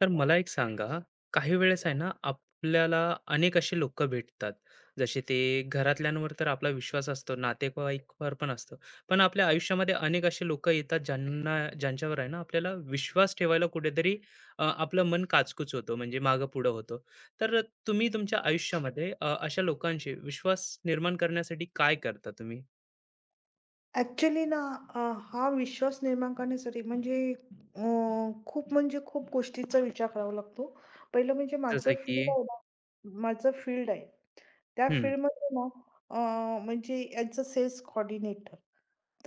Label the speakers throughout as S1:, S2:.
S1: तर मला एक सांगा, काही वेळेस आहे ना, आपल्याला अनेक असे लोक भेटतात, जसे ते घरातल्यांवर तर आपला विश्वास असतो, नातेवाईकवर पण असतो. पण आपल्या आयुष्यामध्ये अनेक असे लोक येतात, ज्यांना ज्यांच्यावर आहे ना, आपल्याला विश्वास ठेवायला कुठेतरी आपलं मन काचकूच होतं, म्हणजे मागं-पुढं होतं. तर तुमच्या आयुष्यामध्ये अशा लोकांशी विश्वास निर्माण करण्यासाठी काय करता तुम्ही?
S2: ॲक्चुअली ना, अ, हा विश्वास निर्माण करण्यासाठी म्हणजे अ, खूप गोष्टीचा विचार करावा लागतो. पहिलं म्हणजे माझं
S1: जसं की
S2: फील्ड आहे ना, माझं फील्ड आहे. त्या
S1: हं,
S2: फील्डमध्ये ना, अ, म्हणजे ॲज अ सेल्स कोऑर्डिनेटर.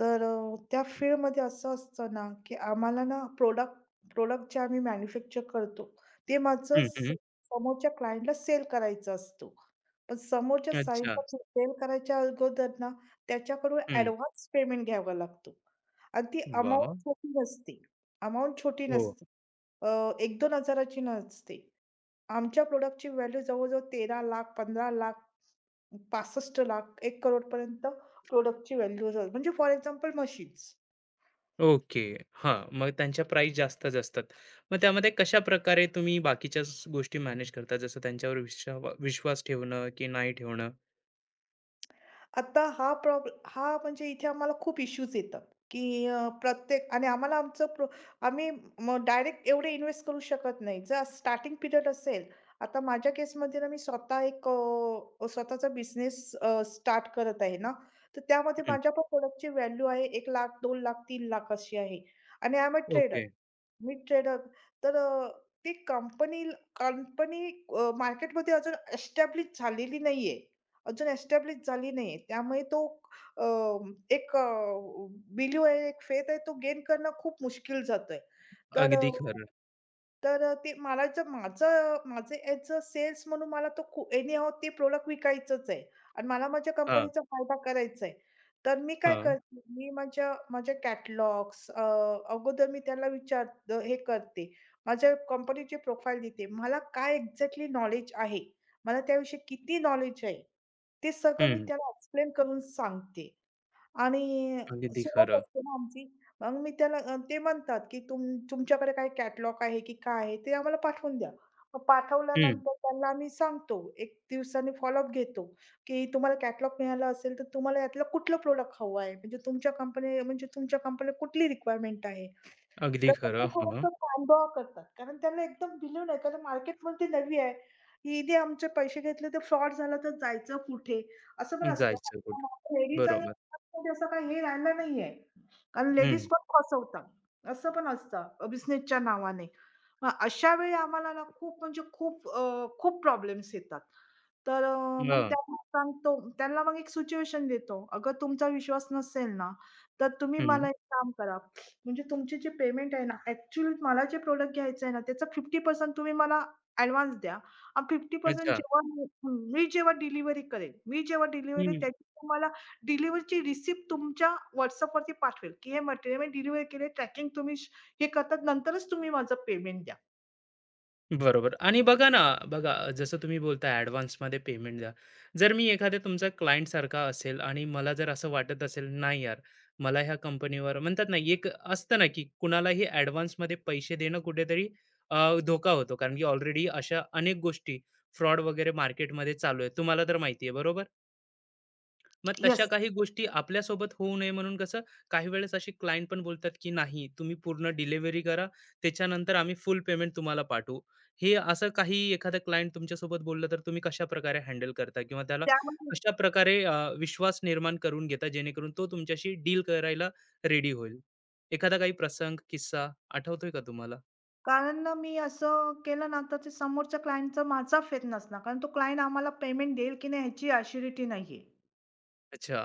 S2: तर त्या फील्डमध्ये असं असतं ना, की आम्हाला ना प्रॉडक्ट जे आम्ही मॅन्युफॅक्चर करतो, ते माझं
S1: हं, हं.
S2: से समोरच्या क्लायंटला सेल करायचं असतो. पण समोरच्या
S1: अच्छा.
S2: साईडला सेल करायच्या अगोदर ना, त्याच्याकडून
S1: हं.
S2: ॲडव्हान्स पेमेंट घ्यावा लागतो आणि ती
S1: वाह!
S2: अमाउंट छोटी नसते. अमाउंट छोटी
S1: हो.
S2: नसते. अ, 1-2,000ची नसते. आमच्या प्रॉडक्टची व्हॅल्यू जवळ-जवळ 13,00,000, 15,00,000, 65,00,000, 1,00,00,000 पर्यंत प्रॉडक्टची व्हॅल्यू म्हणजे फॉर एक्झाम्पल मशीन्स.
S1: ओके. हां. मग त्यांच्या प्राईस जास्तच असतात. मग त्यामध्ये कशाप्रकारे तुम्ही बाकीच्या स गोष्टी मॅनेज करता? जसं त्यांच्यावर विश्वास ठेवणं की नाही ठेवणं?
S2: आता हा म्हणजे इथे आम्हाला खूप इश्यूज येतात, की प्रत्येक आणि आम्हाला आमचं प्रो आम्ही डायरेक्ट एवढे इन्व्हेस्ट करू शकत नाही. जर स्टार्टिंग पिरियड असेल, आता माझ्या केसमध्ये ना मी स्वतः एक स्वतःचा बिझनेस स्टार्ट करत आहे ना, तर त्यामध्ये
S1: हं.
S2: माझ्या पण प्रोडक्टची व्हॅल्यू आहे 1,00,000, 2,00,000, 3,00,000 अशी आहे आणि I am a trader.
S1: Okay.
S2: Mid trader. तर ती कंपनी कंपनी मार्केटमध्ये अजून एस्टॅब्लिश झालेली नाहीये. अजून एस्टॅब्लिश झाली नाहीये. त्यामुळे तो अ, एक बिलीव्ह आहे, एक फेथ आहे, तो गेन करणं खूप मुश्किल जातंय. तर अ
S1: अगदी खरं.
S2: ते मला जर माझं माझं ॲज अ सेल्स म्हणून मला तो खू एनीहाऊ ते प्रॉडक्ट विकायचंच आहे आणि मला माझ्या
S1: हां,
S2: कंपनीचा फायदा करायचा आहे. तर मी काय
S1: हां.
S2: करते, मी माझ्या माझ्या कॅटलॉग्स अगोदर मी त्याला हे करते. माझ्या कंपनीची प्रोफाईल देते. मला काय एक्झॅक्टली नॉलेज आहे, मला त्याविषयी किती नॉलेज आहे, ते सगळं मी
S1: हं.
S2: त्याला एक्सप्लेन करून सांगते. आणि
S1: अगदी
S2: सुरुवात
S1: खरं.
S2: असते ना आमची. मग मी त्याला ते म्हणतात, की तुमच्याकडे काही कॅटलॉग आहे की काय आहे ते आम्हाला पाठवून द्या. मग
S1: हं.
S2: पाठवल्यानंतर त्यांना आम्ही सांगतो, 1 दिवसाने फॉलोअप घेतो, की तुम्हाला कॅटलॉग मिळाला असेल तर तुम्हाला यातलं कुठलं प्रॉडक्ट हवं आहे? म्हणजे तुमच्या कंपनीला कुठली रिक्वायरमेंट आहे?
S1: अगदी
S2: त्याच्यामुळे
S1: खरं. हां.
S2: थोडासा कानबोळा करतात. कारण त्यांना एकदम बिलीव्ह नाही, कारण मार्केटमध्ये नवी आहे. हिने आमचे पैसे घेतले तर फ्रॉड झाला तर जायचं कुठे? असं पण असतं.
S1: जायचं कुठं?
S2: लेडीज आणि
S1: बरोबर.
S2: जेंट्समध्ये असं काही हे राहिला नाहीये. कारण लेडीज
S1: हं.
S2: पण फसवतात. असं पण असतं बिझनेसच्या नावाने. मग अशा वेळी आम्हाला ना खूप प्रॉब्लेम्स येतात. तर मग
S1: हां.
S2: त्यांना सांगतो त्यांना मग एक सिच्युएशन देतो. अगर तुमचा विश्वास नसेल ना, तर तुम्ही
S1: हं.
S2: मला एक काम करा. म्हणजे तुमची जी पेमेंट आहे ना, ॲक्चुअली मला जे प्रॉडक्ट घ्यायचं आहे ना, त्याचा 50% तुम्ही मला ॲडव्हान्स द्या आणि 50%
S1: अच्छा.
S2: जेव्हा मी हं, मी जेव्हा डिलिव्हरी त्याची तुम्हाला डिलिव्हरीची रिसिप्ट तुमच्या WhatsAppवरती पाठवेल, की हे मटेरियल मी डिलिव्हरी केले, ट्रॅकिंग तुम्ही श हे करतात नंतरच तुम्ही माझं पेमेंट द्या.
S1: बरोबर आणि बघा ना, बघा जसं तुम्ही बोलताय ॲडव्हान्समध्ये पेमेंट द्या. जर मी एखाद्या तुमचा क्लायंटसारखा असेल आणि मला जर असं वाटत असेल, नाही यार, मला ह्या कंपनीवर म्हणतात ना, एक असतं ना, की कुणालाही ॲडव्हान्समध्ये पैसे देणं कुठेतरी धोका होतो. कारण की ऑलरेडी अशा अनेक गोष्टी फ्रॉड वगैरे मार्केटमध्ये चालू आहे. तुम्हाला तर माहिती आहे, बरोबर? मग तशा
S2: येस.
S1: काही गोष्टी आपल्यासोबत होऊ नये म्हणून कसं काही वेळेस असे क्लायंट पण बोलतात की नाही तुम्ही पूर्ण डिलिव्हरी करा त्याच्यानंतर आम्ही फुल पेमेंट तुम्हाला पाठवू हे असं काही एखादा क्लायंट तुमच्यासोबत बोललं तर तुम्ही कशा प्रकारे हँडल करता किंवा त्याला
S2: त्यामुळे
S1: कशा प्रकारे विश्वास निर्माण करून घेता जेणेकरून तो तुमच्याशी डील करायला रेडी होईल एखादा काही प्रसंग किस्सा आठवतोय का तुम्हाला?
S2: कारण ना मी असं केलं ना, तर ते समोरच्या क्लायंटचा माझा फेथ नसणार, कारण तो क्लायंट आम्हाला पेमेंट देईल की नाही ह्याची ॲश्युरिटी नाहीये.
S1: अच्छा.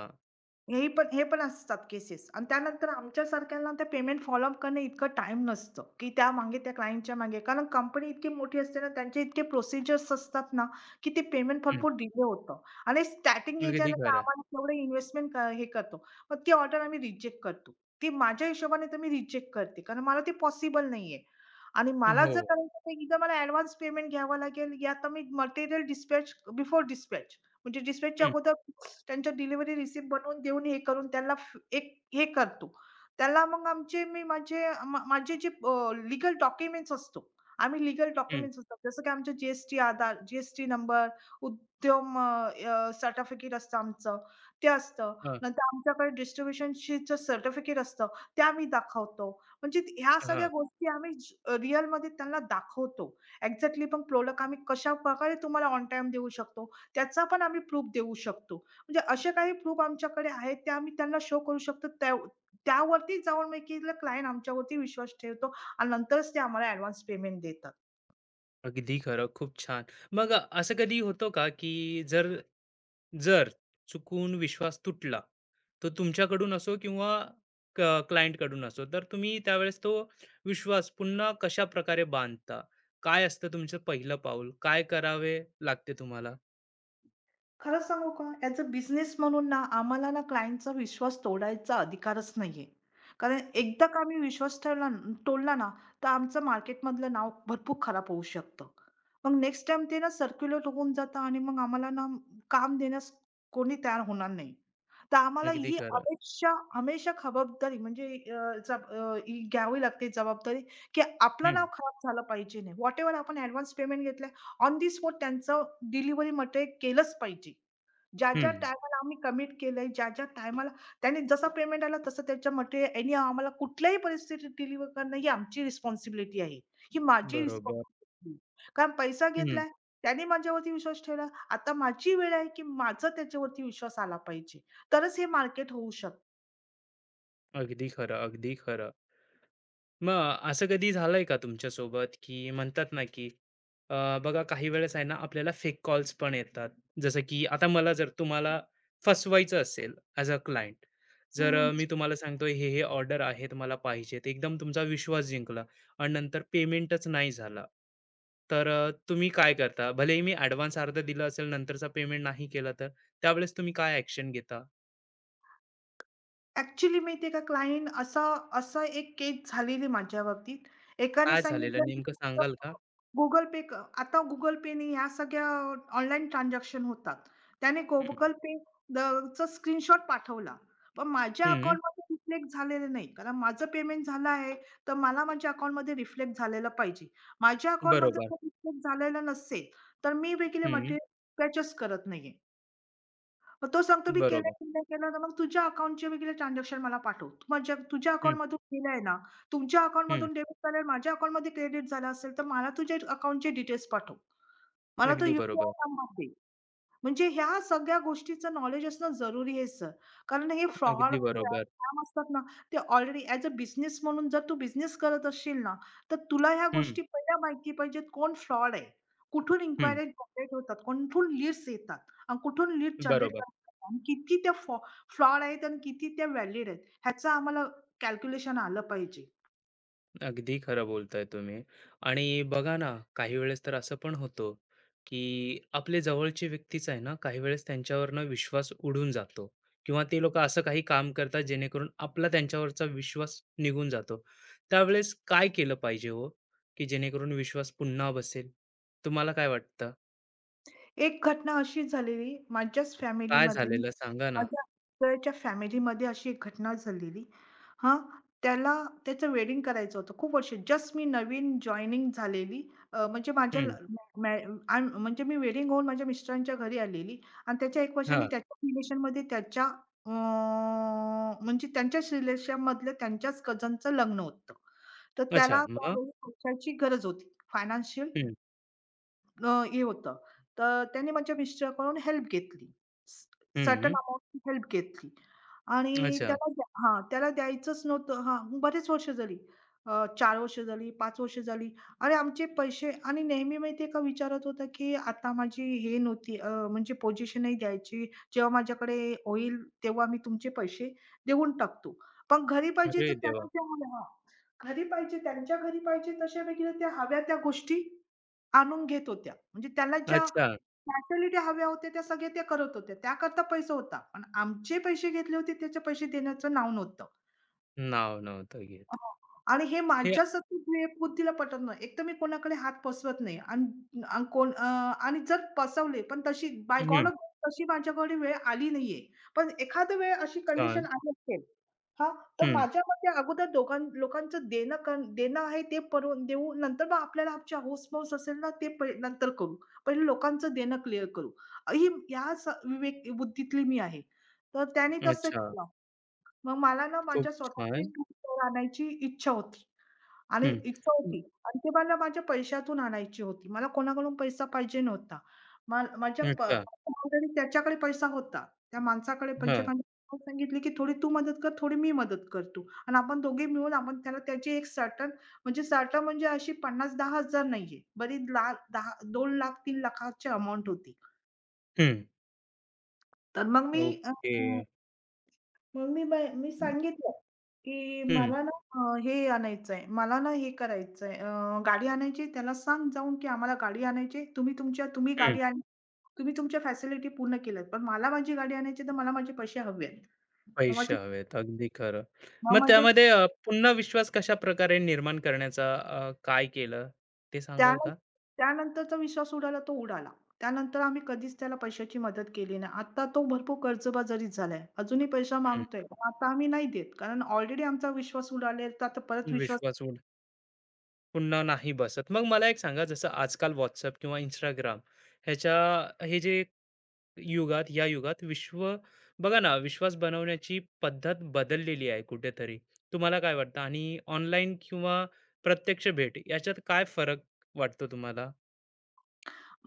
S2: हे पण असतात केसेस, आणि त्यानंतर आमच्यासारख्यांना ते पेमेंट फॉलोअप करणं इतकं टाईम नसतं, की त्यामागे त्या क्लायंटच्या मागे. कारण कंपनी इतकी मोठी असते ना, त्यांचे इतके प्रोसिजर्स असतात ना, की ते पेमेंट
S1: हम्म,
S2: भरपूर डिले होतं आणि स्टार्टिंग
S1: अगदी
S2: याच्यानंतर
S1: खरं.
S2: आम्हाला तेवढं इन्व्हेस्टमेंट हे करतो. मग ती ऑर्डर आम्ही रिजेक्ट करतो. ती माझ्या हिशोबाने तर मी रिजेक्ट करते, कारण मला ते पॉसिबल नाहीये. आणि मला
S1: हो.
S2: जर करायचं तर एकदा मला ॲडव्हान्स पेमेंट घ्यावं लागेल, या तर मी मटेरियल डिस्पॅच म्हणजे डिस्पॅचच्या
S1: हम्म,
S2: अगोदर त्यांच्या डिलिव्हरी रिसिप्ट बनवून देऊन हे करून त्याला एक हे करतो. त्याला मग आमचे मी माझे मा माझे जे लीगल डॉक्युमेंट्स असतो. आम्ही लीगल
S1: हम्म,
S2: डॉक्युमेंट्स असतात. जसं की आमचे जी-एस-टी आधार, जी नंबर, उद्यम सर्टिफिकेट असतं आमचं, ते असतं.
S1: हा.
S2: नंतर आमच्याकडे डिस्ट्रिब्युशनशीचं सर्टिफिकेट असतं, ते आम्ही दाखवतो. म्हणजे ह्या
S1: हा.
S2: सगळ्या गोष्टी आम्ही रिअलमध्ये त्यांना दाखवतो. एक्झॅक्टली पण प्रोडक्ट आम्ही कशाप्रकारे तुम्हाला ऑन टाईम देऊ शकतो. त्याचा पण आम्ही प्रूफ देऊ शकतो. म्हणजे असे काही प्रूफ आमच्याकडे आहेत, ते आम्ही त्यांना शो करू शकतो. त्यावरती जाऊन मी की क्लायंट आमच्यावरती विश्वास ठेवतो आणि नंतरच ते आम्हाला ॲडव्हान्स पेमेंट देतात.
S1: अगदी खरं. खूप छान. मग असं कधी होतं का, की जर जर चुकून विश्वास तुटला, तो तुमच्याकडून असो किंवा क क्लायंटकडून असो, तर तुम्ही त्यावेळेस तो विश्वास पुन्हा कशा प्रकारे बांधता? काय असतं तुमचं पहिलं पाऊल? काय करावे लागते तुम्हाला?
S2: खरं सांगू का? ॲज अ बिझनेस म्हणून ना, आम्हाला ना क्लायंटचा विश्वास तोडायचा अधिकारच नाहीये. कारण
S1: हं.
S2: एकदा का आम्ही विश्वास ठेवला तोडला ना, तर आमचं मार्केटमधलं नाव भरपूर खराब होऊ शकतं. मग नेक्स्ट टाईम ते ना सर्क्युलेट होऊन जातं, आणि मग आम्हाला ना काम देण्यास कोणी तयार होणार नाही. तर आम्हाला
S1: अगदी
S2: ही
S1: खरं.
S2: अपेक्षा हमेशा खबरदारी म्हणजे ही घ्यावी लागते जबाबदारी, की आपलं
S1: हं,
S2: नाव खराब झालं पाहिजे नाही. व्हॉटएव्हर आपण ॲडव्हान्स पेमेंट घेतला, ऑन दी स्पॉट त्यांचं डिलिव्हरी मटेरियल केलंच पाहिजे.
S1: हं.
S2: ज्या-ज्या टायमाला आम्ही कमिट केलंय, ज्या-ज्या टायमाला त्याने जसा पेमेंट आला तसं त्याच्या मटेरियल यांनी आम्हाला कुठल्याही परिस्थितीत डिलिव्हर करणं, ही आमची रिस्पॉन्सिबिलिटी आहे. ही माझी
S1: बरोबर.
S2: रिस्पॉन्सिबिलिटी. कारण पैसा
S1: हं.
S2: घेतलाय, त्याने माझ्यावरती विश्वास ठेवला. आता माझी वेळ आहे, की माझा त्याच्यावरती विश्वास आला पाहिजे. तरच हे मार्केट होऊ शकतं.
S1: अगदी खरं, अगदी खरं. मग असं कधी झालंय का तुमच्या सोबत की म्हणतात ना की बघा काही वेळेस आहे ना आपल्याला फेक कॉल्स पण येतात जसं की आता मला जर तुम्हाला फसवायचं असेल ॲज अ क्लायंट जर
S2: हं.
S1: मी तुम्हाला सांगतोय हे हे ऑर्डर आहेत मला पाहिजेत एकदम तुमचा विश्वास जिंकला आणि नंतर पेमेंटच नाही झाला तर तुम्ही काय करता भलेही मी ॲडव्हान्स अर्धा दिला असेल नंतरचा पेमेंट नाही केला तर त्यावेळेस तुम्ही काय ॲक्शन घेता?
S2: ॲक्चुअली माहिती आहे का? क्लायंट असा असा एक केस झालेली माझ्या बाबतीत. एकाने
S1: काय झालेलं
S2: सांगितलं की
S1: नेमकं सांगाल का?
S2: Google Pay. आता Google Payने ह्या सगळ्या ऑनलाईन ट्रान्झॅक्शन होतात. त्याने
S1: हम्म,
S2: Google Pay द चा स्क्रीनशॉट पाठवला. पण माझ्या
S1: हम्म,
S2: अकाउंटमध्ये रिफ्लेक्ट झालेलं नाही. कारण माझं पेमेंट झालं आहे, तर मला माझ्या अकाउंटमध्ये रिफ्लेक्ट झालेलं पाहिजे. माझ्या
S1: बरोबर.
S2: अकाउंटमध्ये रिफ्लेक्ट झालेलं नसेल, तर मी वेगळे
S1: हम्म,
S2: मटेरियल पurchase करत नाहीये. मग तो सांगतो, मी केलं
S1: बरोबर.
S2: की नाही केलं, तर मग तुझ्या अकाउंटचे वगैरे ट्रान्झॅक्शन मला पाठव. तू माझ्या तुझ्या अकाउंटमधून केलंय ना, तुमच्या
S1: हं,
S2: अकाउंटमधून डेबिट झालंय, माझ्या अकाउंटमध्ये क्रेडिट झालं असेल, तर मला तुझ्या अकाउंटचे डिटेल्स पाठव. मला तो
S1: अगदी
S2: यू
S1: बरोबर,
S2: नंबर दे. म्हणजे ह्या सगळ्या गोष्टीचं नॉलेज असणं जरुरी आहे सर. कारण हे फ्रॉड
S1: अगदी बरोबर.
S2: स्कॅम असतात ना, ते ऑलरेडी ॲज अ बिझनेस म्हणून जर तू बिझनेस करत असशील ना, तर तुला ह्या
S1: हं,
S2: गोष्टी पहिल्या माहिती पाहिजेत, कोण फ्रॉड आहे. कुठून
S1: हं.
S2: इन्क्वायरी जनरेट होतात, कुठून लीड्स येतात आणि कुठून लीड जनरेट
S1: बरोबर.
S2: करतात आणि किती त्या फ्रॉड आहेत आणि किती त्या व्हॅलिड आहेत, ह्याचं आम्हाला कॅल्क्युलेशन आलं पाहिजे.
S1: अगदी खरं बोलताय तुम्ही. आणि बघा ना, काही वेळेस तर असं पण होतं, की आपले जवळचे व्यक्तीच आहे ना, काही वेळेस त्यांच्यावरनं विश्वास उडून जातो किंवा ते लोकं असं काही काम करतात जेणेकरून आपला त्यांच्यावरचा विश्वास निघून जातो. त्यावेळेस काय केलं पाहिजे हो, की जेणेकरून विश्वास पुन्हा बसेल? तुम्हाला काय वाटतं?
S2: एक घटना अशीच झालेली माझ्याच
S1: काय
S2: फॅमिलीमधली,
S1: झालेलं सांगा ना?
S2: माझ्या मिस्टरच्या फॅमिलीमध्ये अशी एक घटना झालेली. हां, त्याला त्याचं वेडिंग करायचं होतं खूप वर्ष, जस्ट मी नवीन जॉइनिंग झालेली. अ, म्हणजे माझ्या ल
S1: हं,
S2: मॅ आय म्हणजे मी वेडिंग होऊन माझ्या मिस्टरांच्या घरी आलेली आणि त्याच्या 1 वर्षाने
S1: हां.
S2: त्याच्या रिलेशनमध्ये त्याच्या अ, म्हणजे त्यांच्याच रिलेशनमधल्या त्यांच्याच कझनचं लग्न होतं. तर त्याला
S1: अच्छा मग?
S2: त्यावेळी पैशाची गरज होती, फायनान्शियल
S1: हं,
S2: हे होतं. तर त्याने माझ्या मिस्टरकडून हेल्प घेतली. स सर्टन
S1: हं,
S2: अमाउंटची हेल्प घेतली आणि
S1: अच्छा.
S2: त्याला द्यायचंच नव्हतं हां, बरेच वर्ष झाली. 4 वर्ष झाली, 5 वर्ष झाली आणि आमचे पैसे आणि नेहमी माहिती का विचारत होता, की आता माझी हे नव्हती, म्हणजे पोझिशन नाही द्यायची. जेव्हा माझ्याकडे होईल तेव्हा मी तुमचे पैसे देऊन टाकतो. पण
S1: अरे देवा!
S2: घरी पाहिजे, त्यांच्या घरी पाहिजे तशा वेगळ्या त्या हव्या त्या गोष्टी आणून घेत होत्या. म्हणजे त्याला ज्या
S1: अच्छा.
S2: फॅसिलिटी हव्या होत्या त्या सगळ्या त्या करत होत्या. त्याकरता पैसा होता. पण आमचे पैसे घेतले होते, त्याचे पैसे देण्याचं नाव नव्हतं.
S1: नाव नव्हतं घेत.
S2: हो. आणि हे
S1: हे
S2: माझ्यासाठी हे बुद्धीला पटत नाही. एक तर मी कोणाकडे हात पसरवत नाही, आणि आणि जर पसवले पण तशी बाय गॉड
S1: हं,
S2: ऑफ तशी माझ्याकडे वेळ आली नाहीये. पण एखाद्या वेळ अशी कंडिशन
S1: छान.
S2: आली असेल हां, तर
S1: हं.
S2: माझ्या मते अगोदर दोघां लोकांचं देणं आहे ते परवून देऊ. नंतर मग आपल्याला आमच्या हौस-मौस असेल ना ते नंतर करू. पहिले लोकांचं देणं क्लिअर करू. ही या विवेक बुद्धीतली मी आहे. तर त्याने तसं
S1: अच्छा.
S2: केलं. मग मला ना
S1: खूप
S2: माझ्या स्वतःची
S1: छान.
S2: टू-व्हीलर आणायची इच्छा होती आणि
S1: हं.
S2: इच्छा
S1: हं.
S2: होती आणि ती मला माझ्या पैशातून आणायची होती. मला कोणाकडून पैसा पाहिजे नव्हता. मा माझ्या प
S1: अच्छा.
S2: ऑलरेडी त्याच्याकडे पैसा होता. त्या माणसाकडे म्हणजे
S1: हां.
S2: मला सांगितले, की "थोडी तू मदत कर, थोडी मी मदत करतो." आणि आपण दोघे मिळून त्याला त्याची एक सर्टन, म्हणजे अशी 50,000-10,000 नाहीये. बरी ला 10 2 लाख 3 लाखाची अमाउंट होती.
S1: हं.
S2: तर अ,
S1: ओके.
S2: मग मी ब मी
S1: हं,
S2: सांगितलं, की
S1: हं,
S2: मला ना हे आणायचंय, मला ना हे करायचंय, गाडी आणायची आहे. त्याला सांग जाऊन, की आम्हाला गाडी आणायची आहे. तुम्ही तुमच्या तुम्ही गाडी आण तुम्ही तुमच्या फॅसिलिटी पूर्ण केल्यात. पण मला माझी गाडी आणायची, तर मला माझे पैसे हवे आहेत. मग
S1: पैसे
S2: माझे
S1: हवेत. अगदी खरं.
S2: मग
S1: मग
S2: म्हणजे
S1: त्यामध्ये पुन्हा विश्वास कशाप्रकारे निर्माण करण्याचा काय केलं ते सांगाल
S2: त्यानं
S1: का?
S2: त्यानंतरचा विश्वास उडाला तो उडाला. त्यानंतर आम्ही कधीच त्याला पैशाची मदत केली नाही. आता तो भरपूर कर्जबाजारीच झालाय. अजूनही पैसा
S1: हं.
S2: मागतोय. पण आता आम्ही नाही देत. कारण ऑलरेडी आमचा विश्वास उडालेला, तर आता परत विश्वास.
S1: विश्वास उड पुन्हा नाही बसत. मग मला एक सांगा जसं आजकाल WhatsApp किंवा Instagram ह्याच्या हे जे युगात या युगात विश्व बघा ना विश्वास बनवण्याची पद्धत बदललेली आहे कुठेतरी तुम्हाला काय वाटतं आणि ऑनलाईन किंवा प्रत्यक्ष भेट याच्यात काय फरक वाटतो तुम्हाला?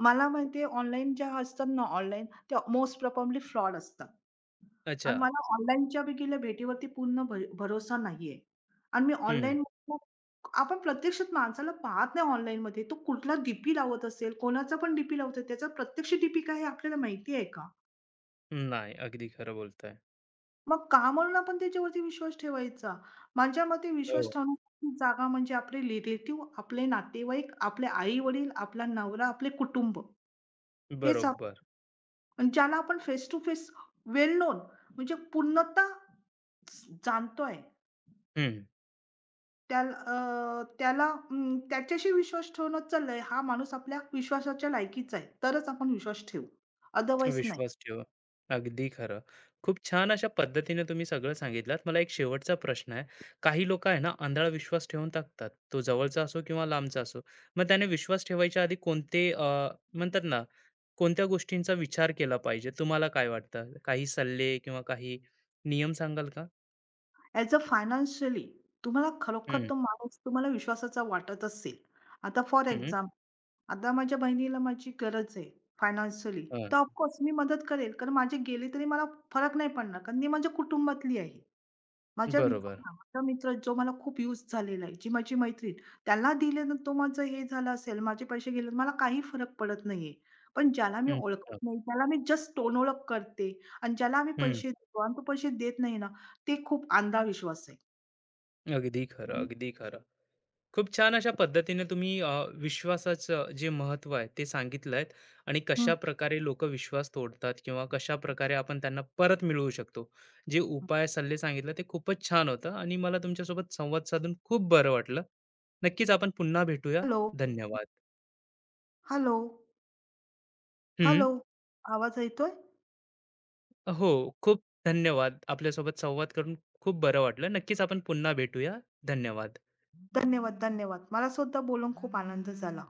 S2: मला माहिती आहे, ऑनलाईन ज्या असतात ना ऑनलाईन, त्या मोस्ट प्रोबॅबली फ्रॉड असतात.
S1: अच्छा.
S2: आणि मला ऑनलाईनच्या बी केलेल्या भेटीवरती पूर्ण भरोसा नाहीये. आणि मी
S1: हम्म.
S2: ऑनलाईन आपण प्रत्यक्षात माणसाला पाहत नाही ऑनलाईनमध्ये. तो कुठला डी-पी लावत असेल, कोणाचा पण डी लावतोय, त्याचा प्रत्यक्ष डी काय हे आपल्याला माहिती आहे का?
S1: नाही अगदी खरं बोलताय.
S2: मग का म्हणून आपण त्याच्यावरती विश्वास ठेवायचा? माझ्या मते विश्वास
S1: हो.
S2: ठेवण्याची जागा म्हणजे आपले रिलेटिव्ह, आपले नातेवाईक, आपले आई-वडील, आपला नवरा, आपले कुटुंब. हेच.
S1: बरोबर.
S2: आणि ज्याला आपण face to face well known म्हणजे पूर्णतः जाणतोय,
S1: हम्म.
S2: त्याला त्याच्याशी विश्वास ठेवणं चाललंय, हा माणूस आपल्या विश्वासाच्या लायकीचा आहे, तरच आपण विश्वास ठेवू. अदरवाईज नाही.
S1: विश्वास ठेवा. अगदी खरं. खूप छान अशा पद्धतीने तुम्ही सगळं सांगितलात. मला एक शेवटचा प्रश्न आहे. काही लोकं आहे ना, आंधळा विश्वास ठेवून टाकतात. तो जवळचा असो किंवा लांबचा असो. मग त्याने विश्वास ठेवायच्या आधी कोणते म्हणतात ना, कोणत्या गोष्टींचा विचार केला पाहिजे? तुम्हाला काय वाटतं? काही सल्ले किंवा काही नियम सांगाल का?
S2: ॲज अ फायनान्शियली, तुम्हाला खरोखर
S1: हं,
S2: तो माणूस तुम्हाला विश्वासाचा वाटत असेल. आता फॉर
S1: हं, हं.
S2: एक्झाम्पल, आता माझ्या बहिणीला माझी गरज आहे फायनान्शियली, तर ऑफकोर्स मी मदत करेल, कारण माझे गेले तरी मला फरक नाही पडणार, कारण ती माझ्या कुटुंबातली आहे. माझ्या
S1: बरोबर.
S2: मित्रांना, माझा मित्र जो मला खूप यूज झालेला आहे, जी माझी मैत्रीण, त्याला दिले ना, तो माझं हे झालं असेल, माझे पैसे गेले, मला काही फरक पडत नाहीये. पण ज्याला मी
S1: हं,
S2: ओळखत नाही, त्याला मी जस्ट टोनओळख करते आणि ज्याला आम्ही
S1: हं.
S2: पैसे देतो आणि तो पैसे देत नाही ना, ते खूप अंधविश्वास आहे.
S1: अगदी खरं, अगदी खरं. खूप छान अशा पद्धतीने तुम्ही विश्वासाचं जे महत्त्व आहे ते सांगितलं आहे आणि कशा प्रकारे लोक विश्वास तोडतात किंवा कशा प्रकारे आपण त्यांना परत मिळवू शकतो. जे
S2: हं.
S1: उपाय, सल्ले सांगितले ते खूपच छान होतं आणि मला तुमच्यासोबत संवाद साधून खूप बरं वाटलं. नक्कीच आपण पुन्हा भेटूया.
S2: हॅलो,
S1: धन्यवाद.
S2: हॅलो,
S1: हं,
S2: हॅलो. आवाज येतोय?
S1: हो, खूप धन्यवाद. आपल्यासोबत संवाद करून खूप बरं वाटलं. नक्कीच आपण पुन्हा भेटूया. धन्यवाद.
S2: धन्यवाद, धन्यवाद. मला सुद्धा बोलून खूप आनंद झाला.